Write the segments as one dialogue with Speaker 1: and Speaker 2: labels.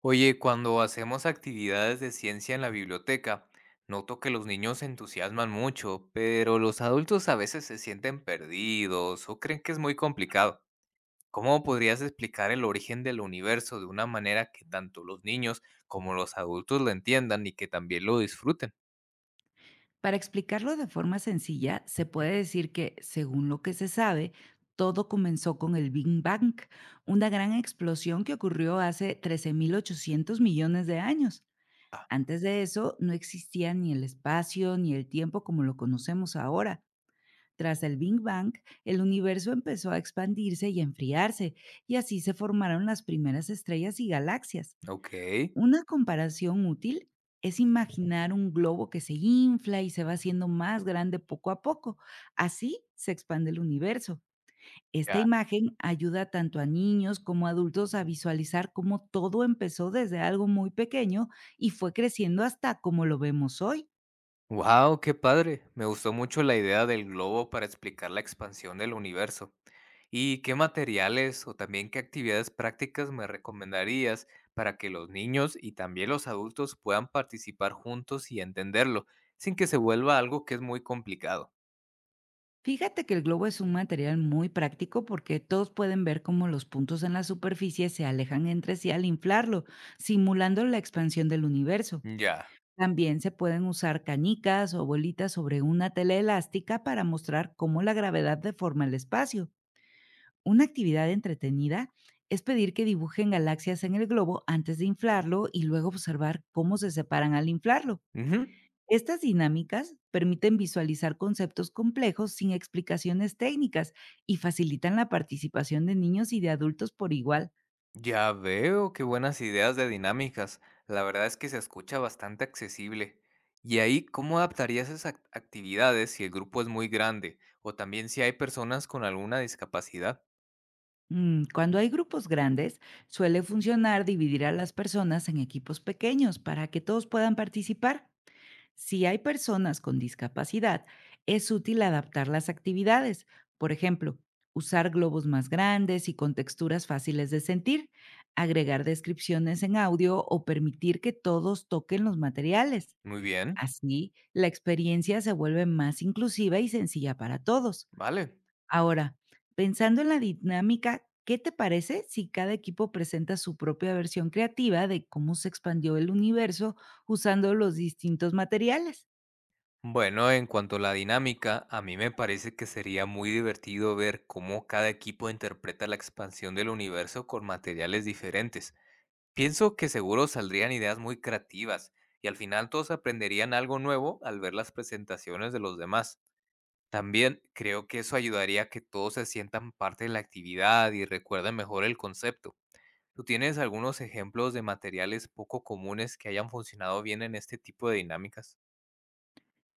Speaker 1: Oye, cuando hacemos actividades de ciencia en la biblioteca, noto que los niños se entusiasman mucho, pero los adultos a veces se sienten perdidos o creen que es muy complicado. ¿Cómo podrías explicar el origen del universo de una manera que tanto los niños como los adultos lo entiendan y que también lo disfruten?
Speaker 2: Para explicarlo de forma sencilla, se puede decir que, según lo que se sabe, todo comenzó con el Big Bang, una gran explosión que ocurrió hace 13.800 millones de años. Antes de eso, no existía ni el espacio ni el tiempo como lo conocemos ahora. Tras el Big Bang, el universo empezó a expandirse y a enfriarse, y así se formaron las primeras estrellas y galaxias.
Speaker 1: Ok.
Speaker 2: Una comparación útil es imaginar un globo que se infla y se va haciendo más grande poco a poco. Así se expande el universo. Esta
Speaker 1: Ya.
Speaker 2: imagen ayuda tanto a niños como a adultos a visualizar cómo todo empezó desde algo muy pequeño y fue creciendo hasta como lo vemos hoy.
Speaker 1: Wow, qué padre. Me gustó mucho la idea del globo para explicar la expansión del universo. ¿Y qué materiales o también qué actividades prácticas me recomendarías para que los niños y también los adultos puedan participar juntos y entenderlo, sin que se vuelva algo que es muy complicado?
Speaker 2: Fíjate que el globo es un material muy práctico porque todos pueden ver cómo los puntos en la superficie se alejan entre sí al inflarlo, simulando la expansión del universo.
Speaker 1: Ya.
Speaker 2: También se pueden usar canicas o bolitas sobre una tela elástica para mostrar cómo la gravedad deforma el espacio. Una actividad entretenida es pedir que dibujen galaxias en el globo antes de inflarlo y luego observar cómo se separan al inflarlo.
Speaker 1: Ujú.
Speaker 2: Estas dinámicas permiten visualizar conceptos complejos sin explicaciones técnicas y facilitan la participación de niños y de adultos por igual.
Speaker 1: Ya veo, qué buenas ideas de dinámicas. La verdad es que se escucha bastante accesible. ¿Y ahí cómo adaptarías esas actividades si el grupo es muy grande o también si hay personas con alguna discapacidad?
Speaker 2: Cuando hay grupos grandes, suele funcionar dividir a las personas en equipos pequeños para que todos puedan participar. Si hay personas con discapacidad, es útil adaptar las actividades. Por ejemplo, usar globos más grandes y con texturas fáciles de sentir, agregar descripciones en audio o permitir que todos toquen los materiales.
Speaker 1: Muy bien,
Speaker 2: Así, la experiencia se vuelve más inclusiva y sencilla para todos.
Speaker 1: vale.
Speaker 2: Ahora, pensando en la dinámica, ¿qué te parece si cada equipo presenta su propia versión creativa de cómo se expandió el universo usando los distintos materiales?
Speaker 1: Bueno, en cuanto a la dinámica, a mí me parece que sería muy divertido ver cómo cada equipo interpreta la expansión del universo con materiales diferentes. Pienso que seguro saldrían ideas muy creativas y al final todos aprenderían algo nuevo al ver las presentaciones de los demás. También creo que eso ayudaría a que todos se sientan parte de la actividad y recuerden mejor el concepto. ¿Tú tienes algunos ejemplos de materiales poco comunes que hayan funcionado bien en este tipo de dinámicas?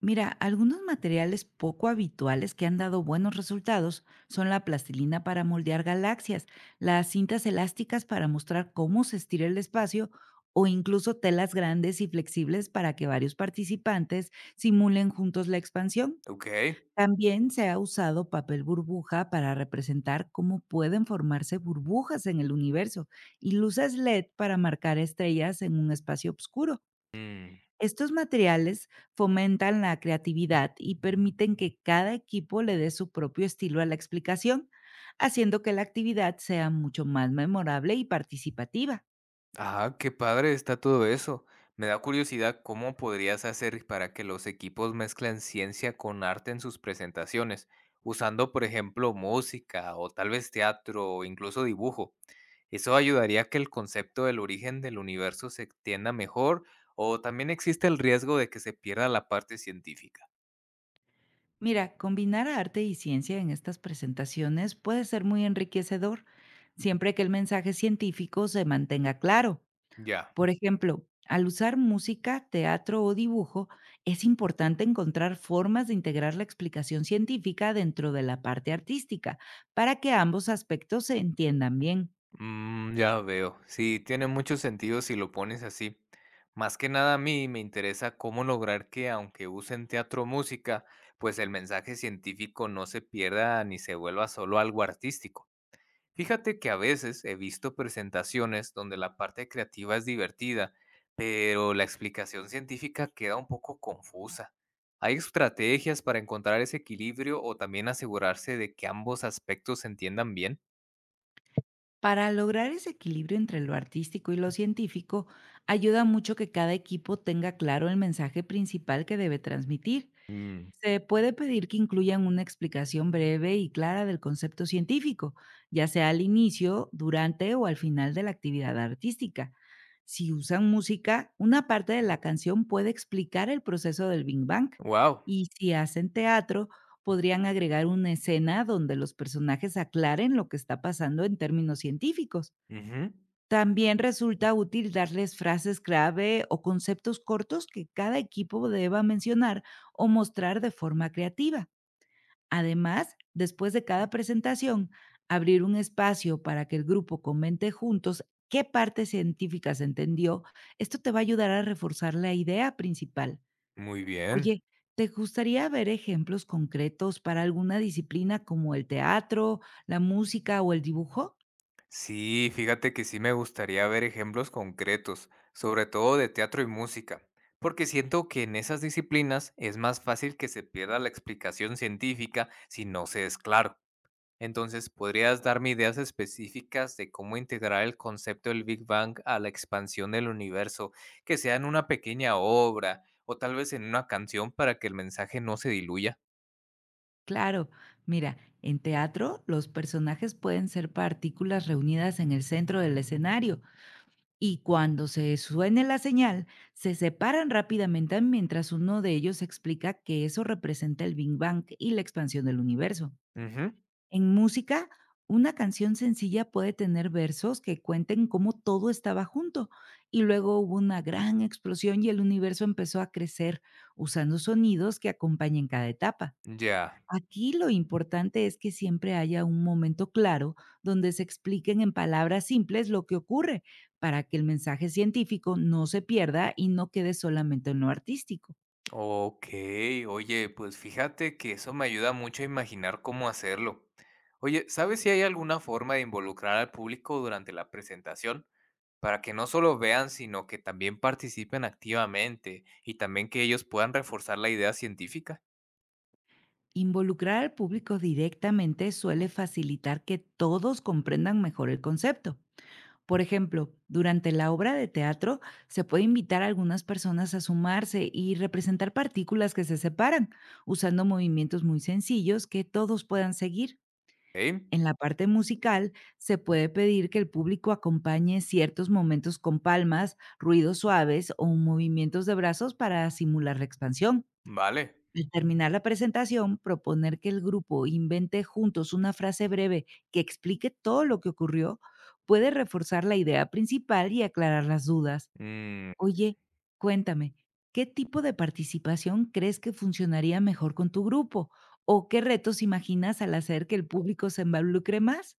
Speaker 2: Mira, algunos materiales poco habituales que han dado buenos resultados son la plastilina para moldear galaxias, las cintas elásticas para mostrar cómo se estira el espacio o incluso telas grandes y flexibles para que varios participantes simulen juntos la expansión.
Speaker 1: Ok.
Speaker 2: También se ha usado papel burbuja para representar cómo pueden formarse burbujas en el universo y luces LED para marcar estrellas en un espacio oscuro.
Speaker 1: Mm.
Speaker 2: Estos materiales fomentan la creatividad y permiten que cada equipo le dé su propio estilo a la explicación, haciendo que la actividad sea mucho más memorable y participativa.
Speaker 1: Ah, qué padre está todo eso. Me da curiosidad cómo podrías hacer para que los equipos mezclen ciencia con arte en sus presentaciones, usando, por ejemplo, música o tal vez teatro o incluso dibujo. ¿Eso ayudaría a que el concepto del origen del universo se extienda mejor o también existe el riesgo de que se pierda la parte científica?
Speaker 2: Mira, combinar arte y ciencia en estas presentaciones puede ser muy enriquecedor, siempre que el mensaje científico se mantenga claro.
Speaker 1: Ya.
Speaker 2: Por ejemplo, al usar música, teatro o dibujo, es importante encontrar formas de integrar la explicación científica dentro de la parte artística para que ambos aspectos se entiendan bien.
Speaker 1: Mm, ya veo. Sí, tiene mucho sentido si lo pones así. Más que nada a mí me interesa cómo lograr que, aunque usen teatro o música, pues el mensaje científico no se pierda ni se vuelva solo algo artístico. Fíjate que a veces he visto presentaciones donde la parte creativa es divertida, pero la explicación científica queda un poco confusa. ¿Hay estrategias para encontrar ese equilibrio o también asegurarse de que ambos aspectos se entiendan bien?
Speaker 2: Para lograr ese equilibrio entre lo artístico y lo científico, ayuda mucho que cada equipo tenga claro el mensaje principal que debe transmitir. Se puede pedir que incluyan una explicación breve y clara del concepto científico, ya sea al inicio, durante o al final de la actividad artística. Si usan música, una parte de la canción puede explicar el proceso del Big Bang,
Speaker 1: Wow.
Speaker 2: y si hacen teatro, podrían agregar una escena donde los personajes aclaren lo que está pasando en términos científicos.
Speaker 1: Ujú.
Speaker 2: También resulta útil darles frases clave o conceptos cortos que cada equipo deba mencionar o mostrar de forma creativa. Además, después de cada presentación, abrir un espacio para que el grupo comente juntos qué parte científica se entendió. Esto te va a ayudar a reforzar la idea principal.
Speaker 1: Muy bien.
Speaker 2: Oye, ¿te gustaría ver ejemplos concretos para alguna disciplina como el teatro, la música o el dibujo?
Speaker 1: Sí, fíjate que sí me gustaría ver ejemplos concretos, sobre todo de teatro y música, porque siento que en esas disciplinas es más fácil que se pierda la explicación científica si no se es claro. Entonces, ¿podrías darme ideas específicas de cómo integrar el concepto del Big Bang a la expansión del universo, que sea en una pequeña obra o tal vez en una canción para que el mensaje no se diluya?
Speaker 2: Claro, mira, en teatro los personajes pueden ser partículas reunidas en el centro del escenario, y cuando se suene la señal, se separan rápidamente mientras uno de ellos explica que eso representa el Big Bang y la expansión del universo.
Speaker 1: Ujú.
Speaker 2: En música, una canción sencilla puede tener versos que cuenten cómo todo estaba junto y luego hubo una gran explosión y el universo empezó a crecer, usando sonidos que acompañen cada etapa.
Speaker 1: Ya.
Speaker 2: Aquí lo importante es que siempre haya un momento claro donde se expliquen en palabras simples lo que ocurre, para que el mensaje científico no se pierda y no quede solamente en lo artístico.
Speaker 1: Ok, oye, pues fíjate que eso me ayuda mucho a imaginar cómo hacerlo. Oye, ¿sabes si hay alguna forma de involucrar al público durante la presentación? Para que no solo vean, sino que también participen activamente y también que ellos puedan reforzar la idea científica.
Speaker 2: Involucrar al público directamente suele facilitar que todos comprendan mejor el concepto. Por ejemplo, durante la obra de teatro se puede invitar a algunas personas a sumarse y representar partículas que se separan, usando movimientos muy sencillos que todos puedan seguir.
Speaker 1: ¿Eh?
Speaker 2: En la parte musical, se puede pedir que el público acompañe ciertos momentos con palmas, ruidos suaves o movimientos de brazos para simular la expansión.
Speaker 1: Vale.
Speaker 2: Al terminar la presentación, proponer que el grupo invente juntos una frase breve que explique todo lo que ocurrió puede reforzar la idea principal y aclarar las dudas.
Speaker 1: Mm.
Speaker 2: Oye, cuéntame, ¿qué tipo de participación crees que funcionaría mejor con tu grupo? ¿O qué retos imaginas al hacer que el público se involucre más?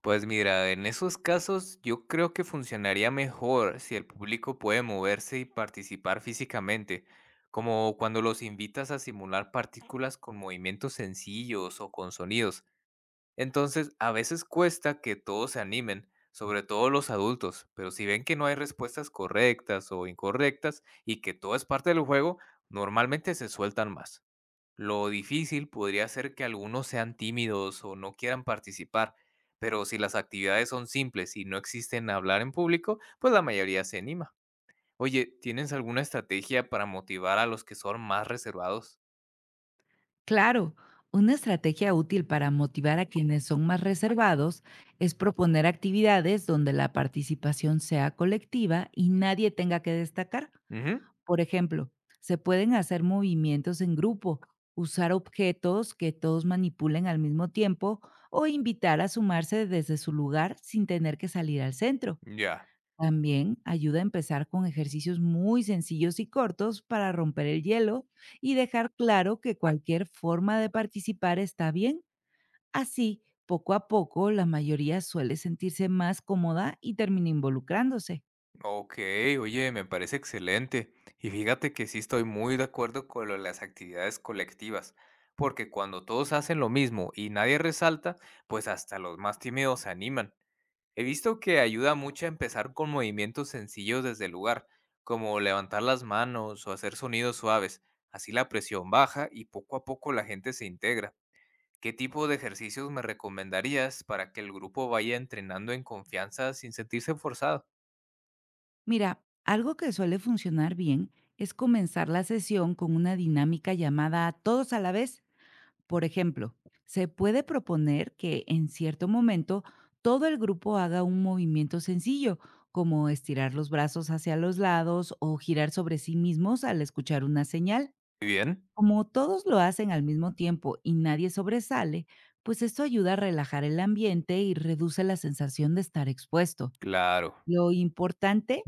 Speaker 1: Pues mira, en esos casos yo creo que funcionaría mejor si el público puede moverse y participar físicamente, como cuando los invitas a simular partículas con movimientos sencillos o con sonidos. Entonces, a veces cuesta que todos se animen, sobre todo los adultos, pero si ven que no hay respuestas correctas o incorrectas y que todo es parte del juego, normalmente se sueltan más. Lo difícil podría ser que algunos sean tímidos o no quieran participar, pero si las actividades son simples y no existen hablar en público, pues la mayoría se anima. Oye, ¿tienes alguna estrategia para motivar a los que son más reservados?
Speaker 2: Claro, una estrategia útil para motivar a quienes son más reservados es proponer actividades donde la participación sea colectiva y nadie tenga que destacar.
Speaker 1: Ujú.
Speaker 2: Por ejemplo, se pueden hacer movimientos en grupo, usar objetos que todos manipulen al mismo tiempo o invitar a sumarse desde su lugar sin tener que salir al centro.
Speaker 1: Ya.
Speaker 2: También ayuda a empezar con ejercicios muy sencillos y cortos para romper el hielo y dejar claro que cualquier forma de participar está bien. Así, poco a poco, la mayoría suele sentirse más cómoda y termina involucrándose.
Speaker 1: Ok, oye, me parece excelente. Y fíjate que sí estoy muy de acuerdo con lo de las actividades colectivas, porque cuando todos hacen lo mismo y nadie resalta, pues hasta los más tímidos se animan. He visto que ayuda mucho a empezar con movimientos sencillos desde el lugar, como levantar las manos o hacer sonidos suaves. Así la presión baja y poco a poco la gente se integra. ¿Qué tipo de ejercicios me recomendarías para que el grupo vaya entrenando en confianza sin sentirse forzado?
Speaker 2: Mira, algo que suele funcionar bien es comenzar la sesión con una dinámica llamada todos a la vez. Por ejemplo, se puede proponer que en cierto momento todo el grupo haga un movimiento sencillo, como estirar los brazos hacia los lados o girar sobre sí mismos al escuchar una señal.
Speaker 1: Muy bien.
Speaker 2: Como todos lo hacen al mismo tiempo y nadie sobresale, pues esto ayuda a relajar el ambiente y reduce la sensación de estar expuesto.
Speaker 1: Claro.
Speaker 2: Lo importante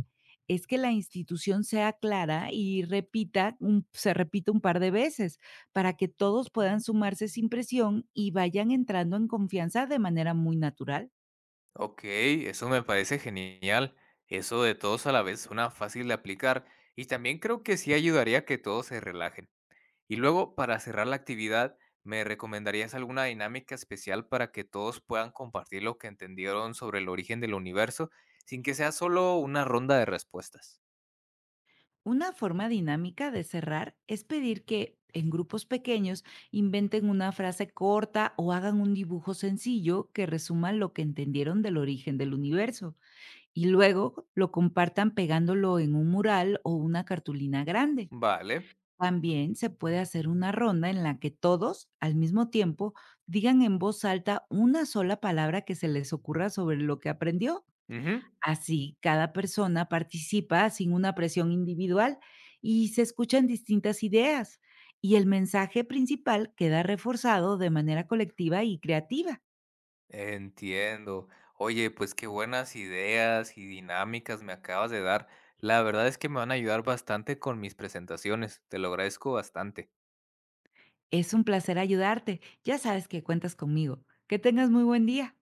Speaker 2: es que la institución sea clara y repita un se repita un par de veces, para que todos puedan sumarse sin presión y vayan entrando en confianza de manera muy natural.
Speaker 1: Ok, eso me parece genial. Eso de todos a la vez suena fácil de aplicar y también creo que sí ayudaría a que todos se relajen. Y luego, para cerrar la actividad, ¿me recomendarías alguna dinámica especial para que todos puedan compartir lo que entendieron sobre el origen del universo sin que sea solo una ronda de respuestas?
Speaker 2: Una forma dinámica de cerrar es pedir que en grupos pequeños inventen una frase corta o hagan un dibujo sencillo que resuma lo que entendieron del origen del universo y luego lo compartan pegándolo en un mural o una cartulina grande.
Speaker 1: Vale.
Speaker 2: También se puede hacer una ronda en la que todos, al mismo tiempo, digan en voz alta una sola palabra que se les ocurra sobre lo que aprendió.
Speaker 1: Ujú.
Speaker 2: Así, cada persona participa sin una presión individual y se escuchan distintas ideas. Y el mensaje principal queda reforzado de manera colectiva y creativa.
Speaker 1: Entiendo. Oye, pues qué buenas ideas y dinámicas me acabas de dar. La verdad es que me van a ayudar bastante con mis presentaciones. Te lo agradezco bastante.
Speaker 2: Es un placer ayudarte. Ya sabes que cuentas conmigo. Que tengas muy buen día.